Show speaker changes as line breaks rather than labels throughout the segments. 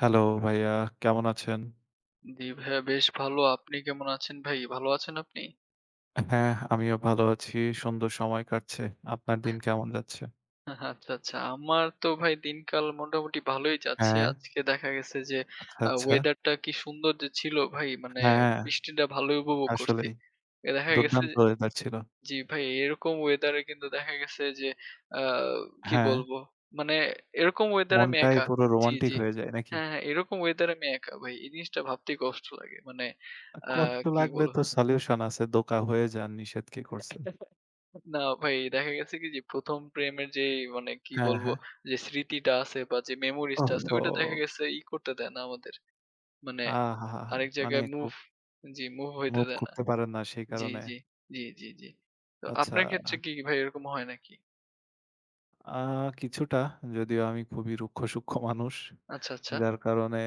Hello ভাইয়া, কেমন আছেন?
জি ভাইয়া বেশ ভালো। আপনি কেমন আছেন ভাই? ভালো আছেন আপনি?
হ্যাঁ, আমিও ভালো আছি। সুন্দর সময় কাটছে। আপনার দিন কেমন যাচ্ছে?
আচ্ছা, আচ্ছা। আমার তো ভাই দিনকাল মোটামুটি ভালোই যাচ্ছে।
হ্যাঁ,
আজকে দেখা গেছে যে
আচ্ছা, আচ্ছা।
ওয়েদারটা কি সুন্দর যে ছিল ভাই, মানে
হ্যাঁ,
বৃষ্টিটা ভালোই উপভোগ করছি।
আসলেই
এ দেখা গেছে
দুর্দান্ত
যে
ওয়েদার ছিল।
জি ভাই, এরকম ওয়েদারে কিন্তু দেখা গেছে যে আ কি
হ্যাঁ,
বলবো? মানে এরকম ওয়েদারে আমি
মনটাই
একা।
পুরো
জি,
রোমান্টিক
জি।
হয়ে যায় নাকি?
হ্যাঁ, হ্যাঁ, এরকম ওয়েদারে আমি একা ভাই। এই জিনিসটা ভাবতেই কষ্ট লাগে। মানে আ
কষ্ট
কি
লাগলে
বলবো?
তো সলিউশন আছে। দোকা হয়ে যান, নিষেধ কে করছে?
না ভাই, দেখা গেছে কি যে ১ম প্রেমের যেই মানে কি
হ্যাঁ,
বলবো?
হ্যাঁ।
যে স্মৃতিটা আছে বা যে মেমোরিজ টা আছে,
ওহহো!
ওইটা দেখা গেছে ই করতে দেয় না আমাদের। মানে
আহাহাহা!
আরেক
মানে
জায়গায় মুভ
খুব
জি, মুভ হইতে
মুভ
দেয় না।
করতে পারেন না সেই
জি,
কারণে।
জি, জি, জি, জি। তো
আচ্ছা,
আপনার ক্ষেত্রে কি ভাই এরকম হয় নাকি?
আ কিছুটা যদিও আমি খুবই রুক্ষ-সূক্ষ্ম মানুষ।
আচ্ছা, আচ্ছা।
যার কারণে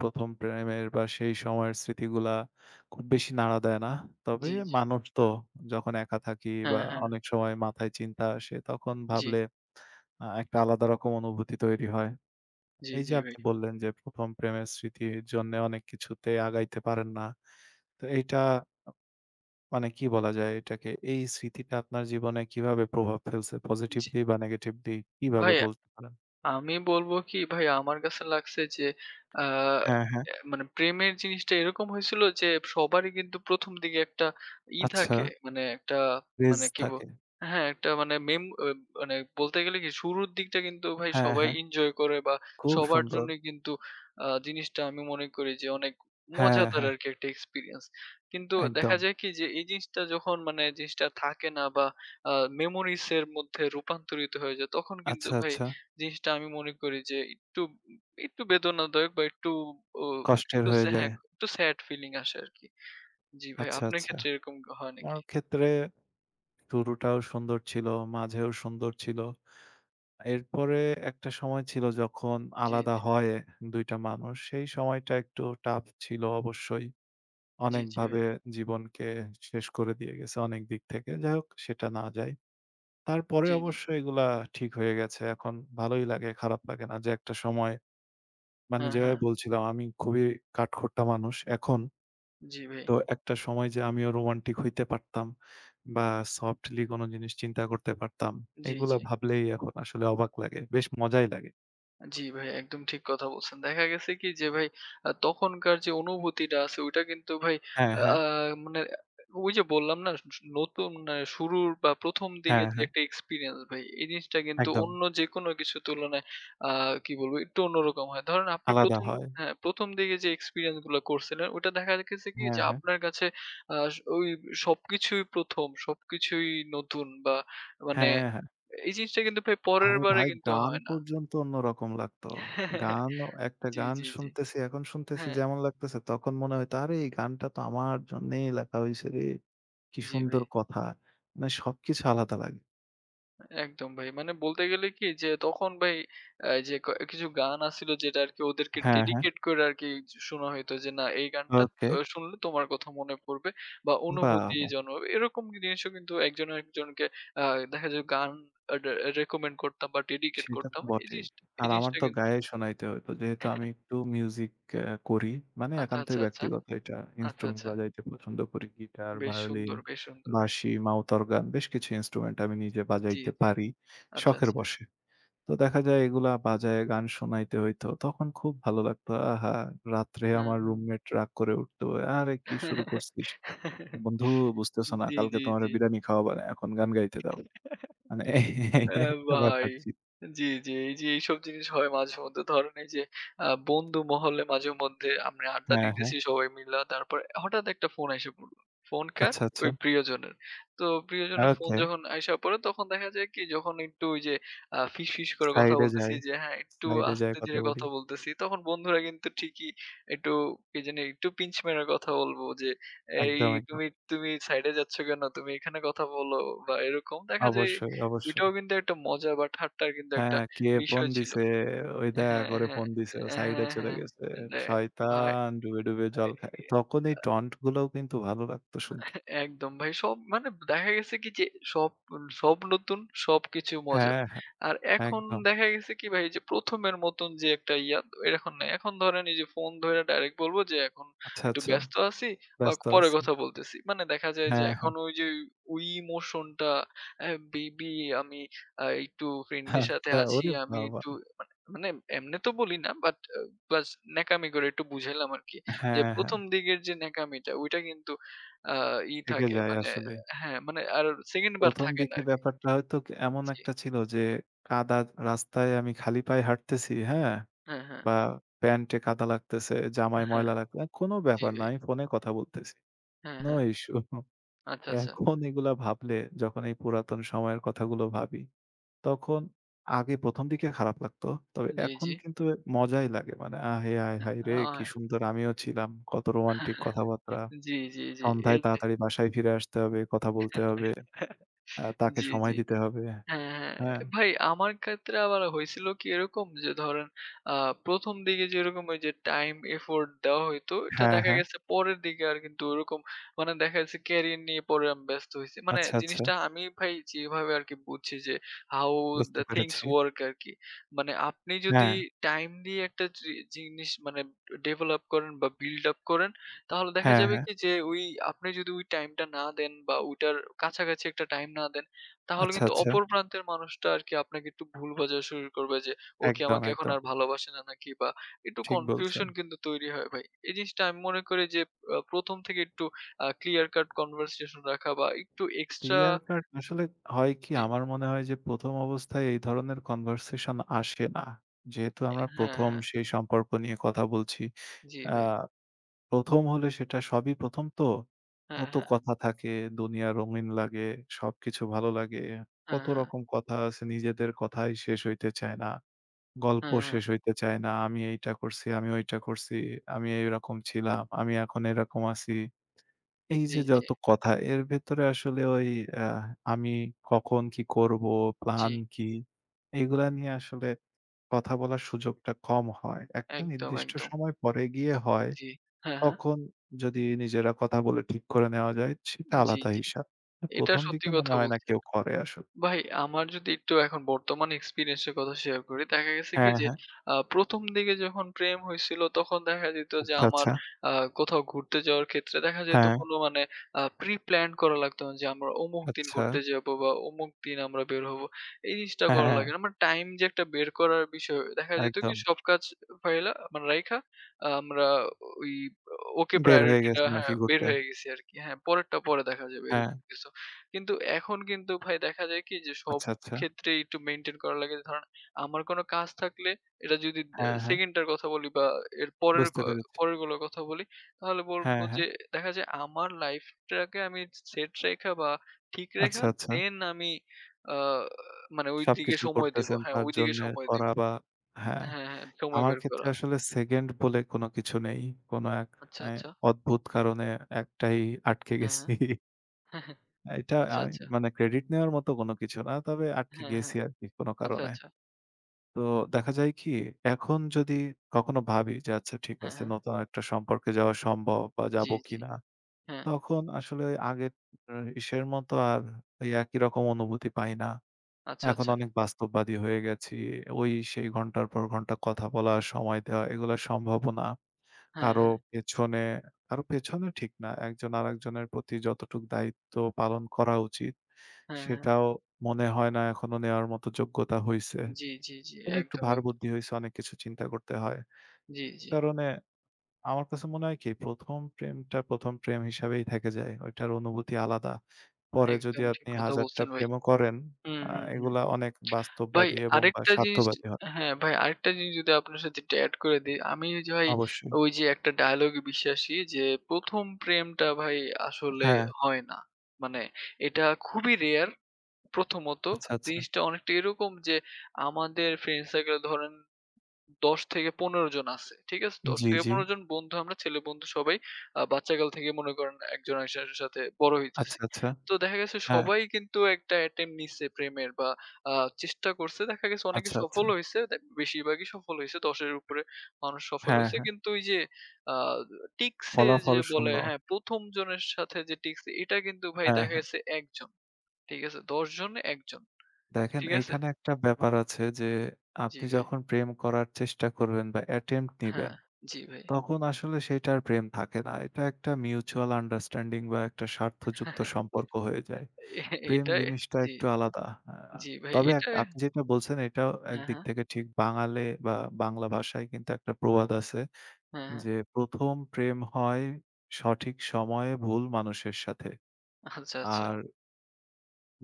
১ম প্রেমের বা সেই সময়ের স্মৃতিগুলা খুব বেশি নাড়া দেয় না। তবে
জি, জি।
মানুষ তো যখন একা থাকি
হ্যাঁ,
বা
হ্যাঁ।
অনেক সময় মাথায় চিন্তা আসে তখন
জি,
ভাবলে একটা আলাদা রকম অনুভূতি তৈরি হয়।
জি,
এই
জি
যে
ভাই।
আপনি বললেন যে ১ম প্রেমের স্মৃতির জন্যে অনেক কিছুতে আগাইতে পারেন না। তো এইটা মানে কি বলা যায় এটাকে? এই স্মৃতিটা আপনার জীবনে কিভাবে প্রভাব ফেলছে?
জি।
পজিটিভলি বা নেগেটিভলি কিভাবে
ভাই
বলতে পারেন?
আমি বলবো কি ভাই, আমার কাছে লাগছে যে আ
হ্যাঁ, হ্যাঁ।
অ্যা মানে প্রেমের জিনিসটা এরকম হয়েছিল যে সবারই কিন্তু ১ম দিকে একটা ই
আচ্ছা,
থাকে, মানে একটা,
ক্রেজ
মানে কি বল,
থাকে।
হ্যাঁ, একটা মানে মেম অ মানে বলতে গেলে কি, শুরুর দিকটা কিন্তু ভাই
হ্যাঁ,
সবাই
হ্যাঁ।
এনজয় করে বা
খুব
সবার
সুন্দর।
জন্যই কিন্তু জিনিসটা আমি মনে করি যে অনেক
হ্যাঁ,
মজাদার
হ্যাঁ,
আরকি একটা এক্সপেরিয়েন্স। কিন্তু দেখা
একদম।
যায় কি যে এই জিনিসটা যখন মানে জিনিসটা থাকে না বা আ মেমোরিজ এর মধ্যে রূপান্তরিত হয়ে যায়, তখন কিন্তু
আচ্ছা,
ভাই
আচ্ছা।
জিনিসটা আমি মনে করি যে একটু একটু বেদনাদায়ক বা একটু ও
কষ্টের
একটু
হয়ে
হ্যাঁ,
যায়।
একটু স্যাড ফিলিং আসে আরকি। জি ভাই,
আচ্ছা,
আপনার
আচ্ছা।
ক্ষেত্রে এরকম হয় নাকি?
আমার ক্ষেত্রে শুরুটাও সুন্দর ছিল, মাঝেও সুন্দর ছিল। এরপরে একটা সময় ছিল যখন
জি,
আলাদা
জি।
হয় ২ টা মানুষ। সেই সময়টা একটু টাফ ছিল অবশ্যই।
জি, জি ভাই।
অনেকভাবে জীবনকে শেষ করে দিয়ে গেছে অনেক দিক থেকে। যাই হোক সেটা না যায়। তারপরে
জি, জি।
অবশ্য এগুলা ঠিক হয়ে গেছে। এখন ভালোই লাগে, খারাপ লাগে না যে একটা সময় মানে
হ্যাঁ,
যেভাবে
হ্যাঁ।
বলছিলাম আমি খুবই কাঠখোট্টা মানুষ এখন।
জি ভাই।
তো একটা সময় যে আমিও রোমান্টিক হইতে পারতাম বা সফটলি কোনো জিনিস চিন্তা করতে পারতাম।
জি, জি।
এগুলা ভাবলেই এখন আসলে অবাক লাগে। বেশ মজাই লাগে।
জি ভাই, একদম ঠিক কথা বলছেন। দেখা গেছে কি যে ভাই তখনকার যে অনুভূতিটা আছে, ওইটা কিন্তু ভাই
হ্যাঁ,
আ
হ্যাঁ।
আ মানে ওই যে বললাম না নতুন শুরুর বা ১ম দিকে
হ্যাঁ,
যে
হ্যাঁ।
একটা এক্সপেরিয়েন্স ভাই, এই জিনিসটা কিন্তু
একদম।
অন্য যেকোনো কিছুর তুলনায় আ কি বলবো, একটু অন্যরকম হয়। ধরেন আপনি
আলাদা
১ম
হয়।
হ্যাঁ, ১ম দিকে যে এক্সপেরিয়েন্স গুলা করছিলেন, ওইটা দেখা গেছে কি যে
হ্যাঁ, হ্যাঁ।
আপনার কাছে আ ওই সবকিছুই ১ম, সবকিছুই নতুন বা মানে
হ্যাঁ, হ্যাঁ।
এই জিনিসটা কিন্তু ভাই পরের
আরে
বারে
ভাই
কিন্তু
গান
হয় না।
পর্যন্ত অন্যরকম লাগতো। গানও একটা
জি,
গান
জি, জি।
শুনতেছি, এখন শুনতেছি
হ্যাঁ,
যেমন লাগতেছে তখন মনে হইতো, "আরে এই গানটা তো আমার জন্যেই লেখা হইছে রে। কি
জি
সুন্দর
ভাই।
কথা।" মানে সবকিছু আলাদা লাগে।
একদম ভাই। মানে বলতে গেলে কি যে তখন ভাই যে ক কিছু গান আছিল, যেটা আরকি ওদেরকে
হ্যাঁ, হ্যাঁ।
ডেডিকেট করে আরকি শোনা হইতো যে না এই গানটা
ওকে।
শুনলে তোমার কথা মনে পড়বে বা
বাহ!
অনুভূতি
বাহ!
জন্মাবে। এরকম জিনিসও কিন্তু একজন আরেকজনকে আ দেখা যায় গান আ ডে রেকমেন্ড করতাম বা ডেডিকেট
সেটা তো
করতাম। এই
বটেই।
জিনিসটা এই
আর আমার
জিনিসটা
তো
কিন্তু
গায়ে শোনাইতে হইতো। যেহেতু আমি একটু মিউজিক করি। মানে
আচ্ছা,
একান্তই
আচ্ছা, আচ্ছা,
ব্যক্তিগত এটা।
আচ্ছা,
ইন্সট্রুমেন্ট
আচ্ছা।
বাজাইতে পছন্দ করি। গিটার,
বেশ
ভায়োলিন,
সুন্দর, বেশ সুন্দর ভাই।
বাঁশি, মাউথ অর্গান বেশ কিছু ইন্সট্রুমেন্ট আমি নিজে
জি,
বাজাইতে
জি।
পারি
আচ্ছা,
শখের
আচ্ছা।
বশে। তো দেখা যায় এগুলা বাজায়ে গান শোনাইতে হইতো। তখন খুব ভালো লাগতো। আহা! রাত্রে
হ্যাঁ,
আমার
হ্যাঁ।
রুমমেট রাগ করে উঠতো। "আরে কি শুরু করছিস? বন্ধু বুঝতেছ না
জি,
কালকে
জি,
তোমারে
জি।
বিরানি খাওয়াবা না। এখন গান গাইতে দাও।" মানে এই এই
হ্যাঁ
একটা
ভাই।
ব্যাপার জি।
জি, জি। এই যে এইসব জিনিস হয় মাঝেমধ্যে, ধরেন এই যে বন্ধু মহলে মাঝেমধ্যে আমরা আড্ডা
হ্যাঁ, হ্যাঁ।
দিতেছি সবাই মিলা। তারপর হঠাৎ একটা ফোন আইসা পড়ল। ফোন কার?
আচ্ছা, আচ্ছা।
ওই প্রিয়জনের। তো প্রিয়জনের ফোন
ওকে।
যখন আইসা পড়ে তখন দেখা যায় কি, যখন একটু ওই যে ফিসফিস করে কথা
সাইডে
বলতেছি
যাই।
যে হ্যাঁ, একটু
সাইডে যাই
আস্তে
কথা
ধীরে
বলি।
কথা বলতেছি, তখন বন্ধুরা কিন্তু ঠিকই একটু কি জানি একটু পিঞ্চ মেরে কথা বলবো যে, "এই
একদম, একদম।
তুমি, তুমি সাইড এ যাচ্ছ কেন? তুমি এখানে কথা বলো" বা এরকম। দেখা যায়
অবশ্যই, অবশ্যই।
ওইটাও কিন্তু একটা মজা বা ঠাট্টার কিন্তু একটা
হ্যাঁ, কে ফোন
বিষয় ছিল।
দিছে? ওই দেখা
হ্যাঁ,
করে
হ্যাঁ,
ফোন দিছে। ও সাইডে
হ্যাঁ,
চলে
হ্যাঁ।
গেছে।
দে ভাই,
শয়তান ডুবে, ডুবে জল খায়। তখন এই টন্ট গুলোও কিন্তু ভালো লাগতো শুনতে।
একদম ভাই। সব মানে দেখা গেছে কি যে সব, সব নতুন, সবকিছু মজা।
হ্যাঁ, হ্যাঁ।
আর এখন
একদম।
দেখা গেছে কি ভাই যে ১ম এর মতন যে একটা ইয়া এখন নাই। এখন ধরেন এই যে ফোন ধইরা ডাইরেক্ট বলব যে এখন
আচ্ছা,
একটু
আচ্ছা।
ব্যস্ত আছি বা
ব্যস্ত
পরে
আছি।
কথা বলতেছি। মানে দেখা যায় যে
হ্যাঁ,
এখন
হ্যাঁ।
ওই যে ওই ইমোশনটা আ বেবি আমি একটু ফ্রেন্ডের সাথে
আচ্ছা।
আছি।
ওরে
আমি
বাবা!
একটু, মানে, মানে এমনে তো বলি না, বাট প্লাস ন্যাকামি করে একটু বুঝাইলাম আরকি। যে
হ্যাঁ, হ্যাঁ।
১ম দিকের যে ন্যাকামিটা ওইটা কিন্তু আ ই
থেকে
থাকে,
যায়
মানে
আসলে।
হ্যাঁ, মানে আর 2nd বার
১ম
থাকে না
দিকে
আরকি।
ব্যাপারটা হয়তো এমন
জি।
একটা ছিল যে কাদা রাস্তায় আমি খালি পায়ে হাঁটতেছি, হ্যাঁ?
হ্যাঁ, হ্যাঁ,
বা প্যান্টে কাদা লাগতেছে, জামায়
হ্যাঁ।
ময়লা লাগতে কোনো
জি
ব্যাপার না।
ভাই।
আমি ফোনে কথা বলতেছি।
হ্যাঁ,
নো
হ্যাঁ।
ইস্যু।
আচ্ছা, আচ্ছা।
এখন এগুলা ভাবলে যখন এই পুরাতন সময়ের কথাগুলো ভাবি, তখন আগে ১ম দিকে খারাপ লাগতো। তবে
জি,
এখন
জি।
কিন্তু মজাই লাগে। মানে আহে হায় হায় রে!
আ
কি সুন্দর আমিও ছিলাম। কত রোমান্টিক কথাবার্তা।
জি, জি, জি।
সন্ধ্যায়
এই যে
তাড়াতাড়ি বাসায় ফিরে আসতে হবে, কথা বলতে হবে, তাকে
জি,
সময়
জি।
দিতে হবে,
হ্যাঁ, হ্যাঁ।
হ্যাঁ?
ভাই আমার ক্ষেত্রে আবার হইছিল কি এরকম যে ধরেন আ ১ম দিকে যেরকম ওই যে টাইম এফোর্ট দেওয়া হইতো, এটা
হ্যাঁ,
দেখা
হ্যাঁ।
গেছে পরের দিকে আর কিন্তু ওরকম মানে দেখা যাচ্ছে ক্যারিয়ার নিয়ে পরে আমি ব্যস্ত হইছি। মানে
আচ্ছা, আচ্ছা।
জিনিসটা আমি ভাই যেভাবে আরকি বুঝছি যে how
বুঝতে
the things
পেরেছি।
work আরকি। মানে আপনি যদি
হ্যাঁ,
টাইম দিয়ে একটা জি জিনিস মানে ডেভেলপ করেন বা বিল্ড আপ করেন, তাহলে দেখা
হ্যাঁ,
যাবে
হ্যাঁ।
কি যে ওই আপনি যদি ওই টাইমটা না দেন বা ওইটার কাছাকাছি একটা টাইম না দেন, তাহলে
আচ্ছা,
কিন্তু
আচ্ছা।
অপর প্রান্তের মানুষটা আরকি আপনাকে একটু ভুল বোঝা শুরু করবে যে, ও কি
একদম,
আমাকে এখন
একদম।
আর ভালোবাসে না নাকি? বা একটু
ঠিক বলছেন।
কনফিউশন কিন্তু তৈরি হয় ভাই। এই জিনিসটা আমি মনে করি যে ১ম থেকে একটু ক্লিয়ার কাট কনভারসেশন রাখা বা একটু এক্সট্রা
ক্লিয়ার কাট আসলে হয় কি
জি,
আমার মনে হয় যে ১ম অবস্থায় এই ধরনের কনভারসেশন আসে না। যেহেতু আমরা
হ্যাঁ,
১ম
হ্যাঁ।
সেই সম্পর্ক নিয়ে কথা বলছি।
জি
আ
ভাই।
১ম হলে সেটা সবই ১ম তো।
হ্যাঁ,
কত
হ্যাঁ।
কথা থাকে, দুনিয়া রঙিন লাগে, সবকিছু ভালো লাগে।
হ্যাঁ,
কত
হ্যাঁ।
রকম কথা আছে নিজেদের কথাই শেষ হইতে চায় না। গল্প
হ্যাঁ, হ্যাঁ।
শেষ হইতে চায় না। আমি এইটা করছি, আমি ওইটা করছি, আমি এইরকম ছিলাম, আমি এখন এরকম আছি। এই
জি,
যে
জি,
যত কথা এর ভেতরে আসলে ওই আ আমি কখন কি করব,
জি।
প্ল্যান কি? এগুলা নিয়ে আসলে কথা বলার সুযোগটা কম হয়। একটা
একদম,
নির্দিষ্ট
একদম।
সময় পরে গিয়ে হয়।
জি। হ্যাঁ, হ্যাঁ।
তখন যদি নিজেরা কথা বলে ঠিক করে নেওয়া যায় সেটা
জি,
আলাদা
জি।
হিসাব।
এটা
১ম
সত্যি
দিকে মনে
কথা
হয় না
বলছেন।
কেউ করে আসলে।
ভাই আমার যদি একটু এখন বর্তমান এক্সপেরিয়েন্স এর কথা শেয়ার করি, দেখা গেছে কি
হ্যাঁ,
যে
হ্যাঁ।
১ম দিকে যখন প্রেম হইছিল, তখন দেখা যেত যে
আচ্ছা,
আমার
আচ্ছা।
আ কোথাও ঘুরতে যাওয়ার ক্ষেত্রে দেখা যেত
হ্যাঁ,
কোন মানে প্রি প্ল্যান করা লাগতো না যে আমরা অমুক দিন
আচ্ছা।
ঘুরতে যাবো বা অমুক দিন আমরা বের হবো। এই জিনিসটা
হ্যাঁ,
করা
হ্যাঁ,
লাগে না। মানে টাইম যে একটা বের করার বিষয়, দেখা যেত কি
একদম।
সব কাজ ফাইলা মানে রাইখা আহ, আমরা ওই ওকে
বের হয়ে
প্রায়োরিটি টা
গেছেন
হ্যাঁ,
আরকি
বের
ঘুরতে।
হয়ে গেছি আরকি। হ্যাঁ, পরেরটা পরে দেখা যাবে
হ্যাঁ,
এরকম কিছু। কিন্তু এখন কিন্তু ভাই দেখা যায় কি যে সব
আচ্ছা, আচ্ছা।
ক্ষেত্রেই একটু মেইনটেইন করা লাগে। ধরেন আমার কোনো কাজ থাকলে এটা যদি
হ্যাঁ, হ্যাঁ,
2nd টার কথা বলি বা এর পরের ক
বুঝতে পেরেছি।
পরের গুলোর কথা বলি, তাহলে বলব
হ্যাঁ, হ্যাঁ।
যে দেখা যায় আমার লাইফটাকে আমি সেট রেখা বা ঠিক
আচ্ছা,
রেখা
আচ্ছা।
দেন আমি আ মানে ওইদিকে
সবকিছু
সময় দিব।
করতেছেন
হ্যাঁ,
তার
ওইদিকে
জন্যে
সময় দিব।
করা বা হ্যাঁ।
হ্যাঁ, হ্যাঁ, সময়
আমার
বের
ক্ষেত্রে
করা।
আসলে সেকেন্ড বলে কোনো কিছু নেই। কোনো এক
আচ্ছা,
এ
আচ্ছা।
অদ্ভুত কারণে একটাই আটকে
হ্যাঁ, হ্যাঁ।
গেছি।
হ্যাঁ, হ্যাঁ।
এটা
আচ্ছা,
আমি
আচ্ছা।
মানে ক্রেডিট নেওয়ার মতো কোনো কিছু না। তবে আটকে
হ্যাঁ,
গেছি
হ্যাঁ।
আরকি কোনো
আচ্ছা,
কারণে।
আচ্ছা।
তো দেখা যায় কি এখন যদি কখনো ভাবি যে আচ্ছা ঠিক
হ্যাঁ,
আছে
হ্যাঁ।
নতুন একটা সম্পর্কে যাওয়া সম্ভব বা
জি,
যাবো
জি।
কিনা?
হ্যাঁ।
তখন আসলে আগের আ ইসের মতো আর ওই একই রকম অনুভূতি পাই না।
আচ্ছা,
এখন
আচ্ছা।
অনেক বাস্তববাদী হয়ে গেছি। ওই সেই ঘন্টার পর ঘন্টা কথা বলা, সময় দেওয়া এগুলা সম্ভবও না।
হ্যাঁ,
কারো
হ্যাঁ।
পেছনে, কারো পেছনে ঠিক না। একজন আরেকজনের প্রতি যতটুক দায়িত্ব পালন করা উচিত,
হ্যাঁ, হ্যাঁ।
সেটাও মনে হয় না এখনো নেওয়ার মতো যোগ্যতা হইছে।
জি, জি, জি।
মানে একটু
একদম,
ভার
একদম।
বুদ্ধি হইছে, অনেক কিছু চিন্তা করতে হয়।
জি, জি।
কারণে আমার কাছে মনে হয় কি ১ম প্রেমটা ১ম প্রেম হিসাবেই থেকে যায়। ওইটার অনুভূতি আলাদা। পরে যদি
একদম ঠিক
আপনি
কথা
১০০০ টা
বলছেন ভাই।
প্রেমও করেন,
হুম,
আ
হুম, হুম।
এগুলা অনেক
ভাই
বাস্তববাদী এবং বা
আরেকটা জিনিস
স্বার্থবাদী হয়।
হ্যাঁ, ভাই আরেকটা জিনিস যদি আপনার সাথে একটু এড করে দেই। আমি ওই যে ভাই
অবশ্যই।
ওই যে একটা ডায়ালগে বিশ্বাসী যে ১ম প্রেমটা ভাই আসলে
হ্যাঁ,
হয় না। মানে এটা খুবই রেয়ার প্রথমত।
আচ্ছা, আচ্ছা।
জিনিসটা অনেকটা এরকম যে আমাদের ফ্রেন্ড সার্কেল ধরেন ১০-১৫ জন আছে। ঠিক আছে?
জি, জি।
১০-১৫ জন বন্ধু আমরা, ছেলে বন্ধু সবাই বাচ্চাকাল থেকে মনে করেন একজন আরেকজনের সাথে বড় হইতেছি।
আচ্ছা, আচ্ছা।
তো দেখা গেছে
হ্যাঁ,
সবাই কিন্তু একটা attempt নিচ্ছে প্রেমের বা আ চেষ্টা করছে। দেখা গেছে অনেকে
আচ্ছা, আচ্ছা।
সফল হইছে। বেশিরভাগই সফল হইছে। ১০ এর উপরে মানুষ সফল
হ্যাঁ,
হইছে।
হ্যাঁ।
কিন্তু ওই যে আ টিকছে যে
ফলাফল
বলে
শূন্য।
হ্যাঁ, ১ম জনের সাথে যে টিকছে এটা কিন্তু ভাই
হ্যাঁ,
দেখা
হ্যাঁ।
গেছে ১ জন। ঠিক আছে? ১০ জনে ১ জন।
দেখেন
ঠিক আছে?
এইখানে একটা ব্যাপার আছে যে,
জি
আপনি
ভাই।
যখন প্রেম করার চেষ্টা করবেন বা attempt
হ্যাঁ,
নিবেন
জি ভাই।
তখন আসলে সেটা আর প্রেম থাকে না। এটা একটা মিউচুয়াল আন্ডারস্ট্যান্ডিং বা একটা স্বার্থযুক্ত সম্পর্ক হয়ে যায়।
এ
প্রেম
এটাই
জিনিসটা
জি,
একটু আলাদা। আ
জি ভাই।
তবে এক
এটা
আপনি যেটা বলছেন এটাও
হ্যাঁ,
একদিক
হ্যাঁ।
থেকে ঠিক বাঙালে বা বাংলা ভাষায় কিন্তু একটা প্রবাদ আছে
হ্যাঁ, হ্যাঁ।
যে, "১ম প্রেম হয় সঠিক সময়ে ভুল মানুষের সাথে।
আচ্ছা, আচ্ছা।
আর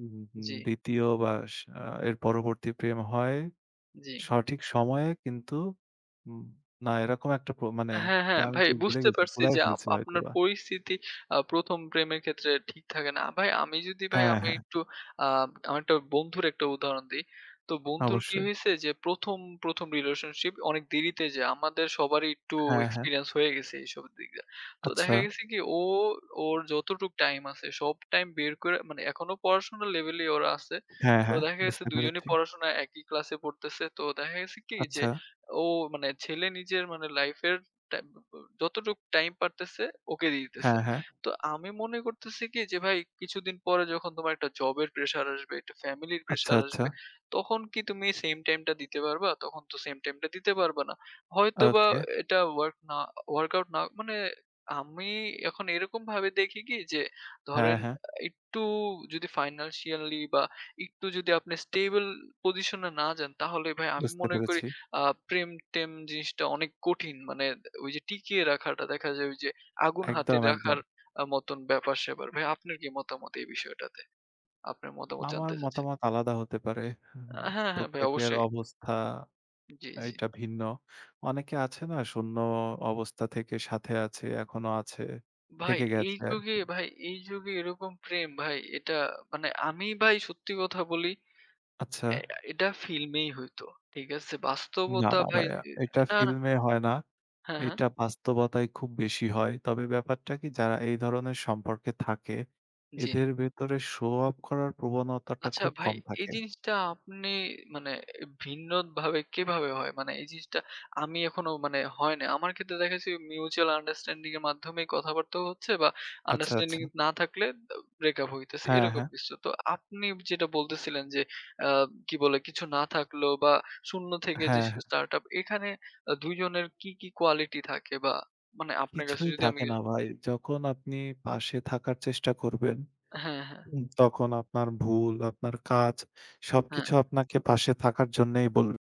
উম উম
জি,
২য় বা সা এর পরবর্তী প্রেম হয়
জি।
সঠিক সময়ে কিন্তু" উম না এরকম একটা মানে
হ্যাঁ,
এটা
হ্যাঁ,
আমি
ভাই
ঠিক ভুলে
বুঝতে
গেছি।
পারছি
গুলায়
যে
ফেলছি
আপনার
হয়তোবা।
পরিস্থিতি ১ম প্রেমের ক্ষেত্রে ঠিক থাকে না। ভাই আমি যদি ভাই
হ্যাঁ,
আমি
হ্যাঁ,
একটু আ আমার একটা বন্ধুর একটা উদাহরণ দেই। তো বন্ধুর কি
অবশ্যই।
হইছে যে ১ম, ১ম রিলেশনশিপ অনেক দেরিতে যে আমাদের সবারই একটু
হ্যাঁ, হ্যাঁ।
এক্সপেরিয়েন্স হয়ে গেছে এইসব দিক দিয়ে। তো
আচ্ছা।
দেখা গেছে কি ও ওর যতটুক টাইম আছে সব টাইম বের করে, মানে এখনো পড়াশোনার লেভেলেই ওরা আছে।
হ্যাঁ,
তো
হ্যাঁ,
দেখা গেছে
বুঝতে
২ জনই
পেরেছি।
পড়াশোনা একই ক্লাসে পড়তেছে। তো দেখা গেছে কি যে
আচ্ছা।
ও মানে ছেলে নিজের মানে লাইফের টাইম যতটুক টাইম পারতেছে ওকে দিয়ে দিতেছে।
হ্যাঁ, হ্যাঁ।
তো আমি মনে করতেছি কি যে ভাই, কিছুদিন পরে যখন তোমার একটা জবের প্রেশার আসবে, একটা ফ্যামিলির
আচ্ছা,
প্রেশার
আচ্ছা।
আসবে, তখন কি তুমি সেম টাইমটা দিতে পারবা? তখন তো সেম টাইমটা দিতে পারবা না। হয়তোবা
ওকে।
এটা ওয়ার্ক না ওয়ার্কআউট না, মানে আমি এখন এরকম ভাবে দেখি কি যে
হ্যাঁ,
ধরেন
হ্যাঁ,
একটু যদি ফাইন্যান্সিয়ালি বা একটু যদি আপনি স্টেবল পজিশন এ না যান, তাহলে ভাই আমি
বুঝতে
মনে করি
পেরেছি।
আ প্রেম-টেম জিনিসটা অনেক কঠিন। মানে ওই যে টিকিয়ে রাখাটা দেখা যায় ওই যে আগুন হাতে
একদম,
রাখার
একদম।
মতন ব্যাপার-স্যাপার। ভাই আপনার কি মতামত এই বিষয়টাতে? আপনার মতামত
আমার
জানতে চাচ্ছিলাম।
মতামত আলাদা হতে পারে। আ
হ্যাঁ, হ্যাঁ ভাই
প্রত্যেকের
অবশ্যই।
অবস্থা
জি, জি।
এটা ভিন্ন। অনেকে আছে না শূন্য অবস্থা থেকে সাথে আছে, এখনো আছে,
ভাই
থেকে
এই
গেছে
যুগে
আরকি।
ভাই এই যুগে এরকম প্রেম ভাই এটা মানে আমি ভাই সত্যি কথা বলি,
আচ্ছা।
এ এটা ফিল্মেই হইতো। ঠিক আছে?
না,
বাস্তবতা
না
ভাই
ভাইয়া, এটা
না, না
ফিল্মে হয় না।
হ্যাঁ, হ্যাঁ।
এটা বাস্তবতায় খুব বেশি হয়। তবে ব্যাপারটা কি যারা এই ধরনের সম্পর্কে থাকে,
জি।
এদের ভেতরে শো অফ করার প্রবণতাটা
আচ্ছা
খুব
ভাই,
কম
এই
থাকে।
জিনিসটা আপনি মানে ভিন্ন ভাবে কিভাবে হয়? মানে এই জিনিসটা আমি এখনো মানে হয় নাই। আমার ক্ষেত্রে দেখেছি মিউচুয়াল আন্ডারস্ট্যান্ডিং এর মাধ্যমেই কথাবার্তা হচ্ছে বা
আচ্ছা, আচ্ছা।
আন্ডারস্ট্যান্ডিং না থাকলে ব্রেকআপ হইতেছে
হ্যাঁ,
এরকম
হ্যাঁ।
কিছু। তো আপনি যেটা বলতেছিলেন যে আ কি বলে কিছু না থাকলেও বা শূন্য থেকে যে
হ্যাঁ, হ্যাঁ।
স্টার্টআপ এখানে ২ জনের কি, কি কোয়ালিটি থাকে বা মানে আপনার কাছে
কিছুই
যদি আমি
থাকে না
কিছু
ভাই। যখন আপনি পাশে থাকার চেষ্টা করবেন,
হ্যাঁ, হ্যাঁ,
তখন আপনার ভুল, আপনার কাজ
হ্যাঁ,
সবকিছু আপনাকে পাশে থাকার জন্যেই বলবে।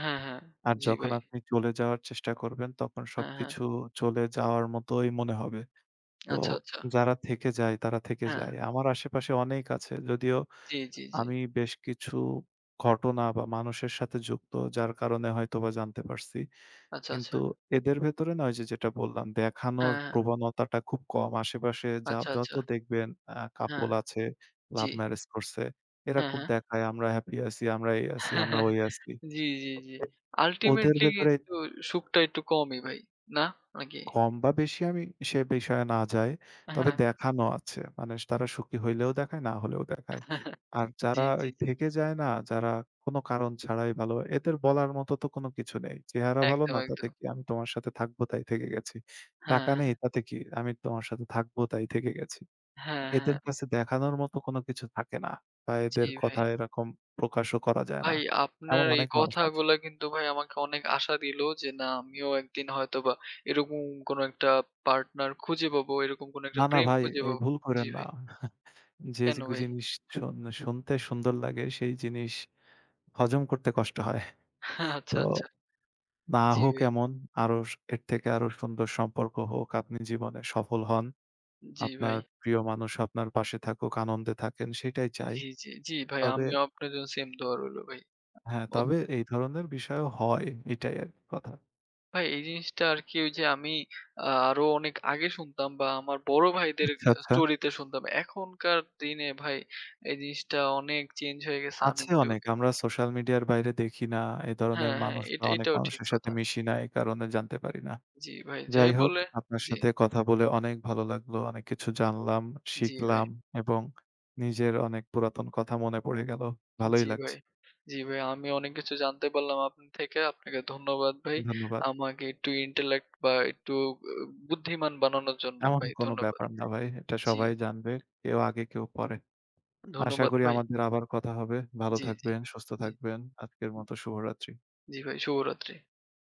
হ্যাঁ, হ্যাঁ।
আর
জি
যখন
ভাই।
আপনি চলে যাওয়ার চেষ্টা করবেন, তখন
হ্যাঁ, হ্যাঁ।
সবকিছু চলে যাওয়ার মতোই মনে হবে। তো
আচ্ছা, আচ্ছা।
যারা থেকে যায়, তারা থেকে
হ্যাঁ।
যায়। আমার আশেপাশে অনেক আছে। যদিও
জি, জি, জি।
আমি বেশ কিছু ঘটনা বা মানুষের সাথে যুক্ত, যার কারণে হয়তোবা জানতে পারছি।
আচ্ছা, আচ্ছা।
কিন্তু এদের ভেতরে না ওই যে যেটা বললাম, দেখানোর
হ্যাঁ, হ্যাঁ।
প্রবণতাটা খুব কম। আশেপাশে যা
আচ্ছা,
যত
আচ্ছা।
দেখবেন
হ্যাঁ,
কাপল আছে, লাভ
জি।
ম্যারেজ করছে। এরা
হ্যাঁ,
খুব
হ্যাঁ।
দেখায়, "আমরা হ্যাপি আছি, আমরা এই আছি, আমরা ওই আছি।"
জি, জি, জি।
এ- ওদের
আল্টিমেটলি
ভেতরে
কিন্তু সুখটা একটু কমই ভাই। না? নাকি?
কম বা বেশি আমি সে বিষয়ে না যাই। তবে
হ্যাঁ।
দেখানো আছে। মানে তারা সুখী হইলেও দেখায়, না হলেও দেখায়। আর
জি,
যারা
জি,
ওই
জি।
থেকে যায় না, যারা কোনো কারণ ছাড়াই ভালো, এদের বলার মতো তো কোনো কিছু নেই। চেহারা ভালো
একদম,
না তাতে
একদম।
কি? আমি তোমার সাথে থাকবো তাই থেকে গেছি।
হ্যাঁ,
টাকা নেই
হ্যাঁ।
তাতে কি? আমি তোমার সাথে থাকবো তাই থেকে গেছি।
হ্যাঁ,
এদের
হ্যাঁ।
কাছে দেখানোর মতো কোনো কিছু থাকে না। বা
জি
এদের
ভাই।
কথা এরকম প্রকাশও করা যায় না।
ভাই
এমন
আপনার এই
অনেক মানুষ আছে।
কথাগুলা কিন্তু ভাই আমাকে অনেক আশা দিলো যে না আমিও একদিন হয়তোবা এরকম কোনো একটা পার্টনার খুঁজে পাবো, এরকম কোনো একটা
না, না
প্রেম
ভাই
খুঁজে
এই
পাবো।
ভুল
জি
কইরেন না।
ভাই।
যে,
কেন
যে
ভাই?
জিনিস শোন শুনতে সুন্দর লাগে সেই জিনিস হজম করতে কষ্ট হয়।
আচ্ছা,
তো
আচ্ছা।
না
জি
হোক
ভাই।
এমন আরো স- এর থেকে আরো সুন্দর সম্পর্ক হোক, আপনি জীবনে সফল হন।
জি ভাই।
আপনার প্রিয় মানুষ আপনার পাশে থাকুক, আনন্দে থাকেন সেটাই চাই।
জি, জি, জি, ভাই
তবে
আমিও আপনার জন্য সেম দোয়া রইলো ভাই।
হ্যাঁ,
অত
তবে এই ধরনের বিষয়ও হয় এটাই আরকি কথা।
ভাই এই জিনিসটা আরকি ওই যে আমি আরো অনেক আগে শুনতাম বা আমার বড় ভাইদের
আচ্ছা, আচ্ছা।
স্টোরিতে শুনতাম। এখনকার দিনে ভাই এই জিনিসটা অনেক চেঞ্জ হয়ে গেছে। আমি
আছে
একটু
অনেক। আমরা সোশ্যাল মিডিয়ার বাইরে দেখি না। এ ধরনের
হ্যাঁ, হ্যাঁ,
মানুষ বা অনেক
এটাও ঠিক
মানুষের সাথে
কথা।
মিশি না। এই কারণে জানতে পারি না।
জি ভাই, যাই
যাই হোক,
বলে
আপনার
জি,
সাথে কথা বলে অনেক ভালো লাগলো। অনেক কিছু
জি,
জানলাম,
জি ভাই,
শিখলাম এবং নিজের অনেক পুরাতন কথা মনে পড়ে গেল। ভালোই
জি
লাগছে।
ভাই, জি ভাই। আমি অনেক কিছু জানতে পারলাম আপনার থেকে। আপনাকে ধন্যবাদ ভাই।
ধন্যবাদ।
আমাকে একটু ইন্টেলেক্ট বা একটু বুদ্ধিমান বানানোর জন্য
এমন
ভাই
কোনো
ধন্যবাদ।
ব্যাপার না ভাই। এটা
জি।
সবাই জানবে। কেউ আগে, কেউ পরে। আশা
ধন্যবাদ
করি
ভাই।
আমাদের আবার কথা হবে। ভালো
জি, জি,
থাকবেন, সুস্থ
জি,
থাকবেন। আজকের মতো শুভরাত্রি।
জি ভাই শুভরাত্রি।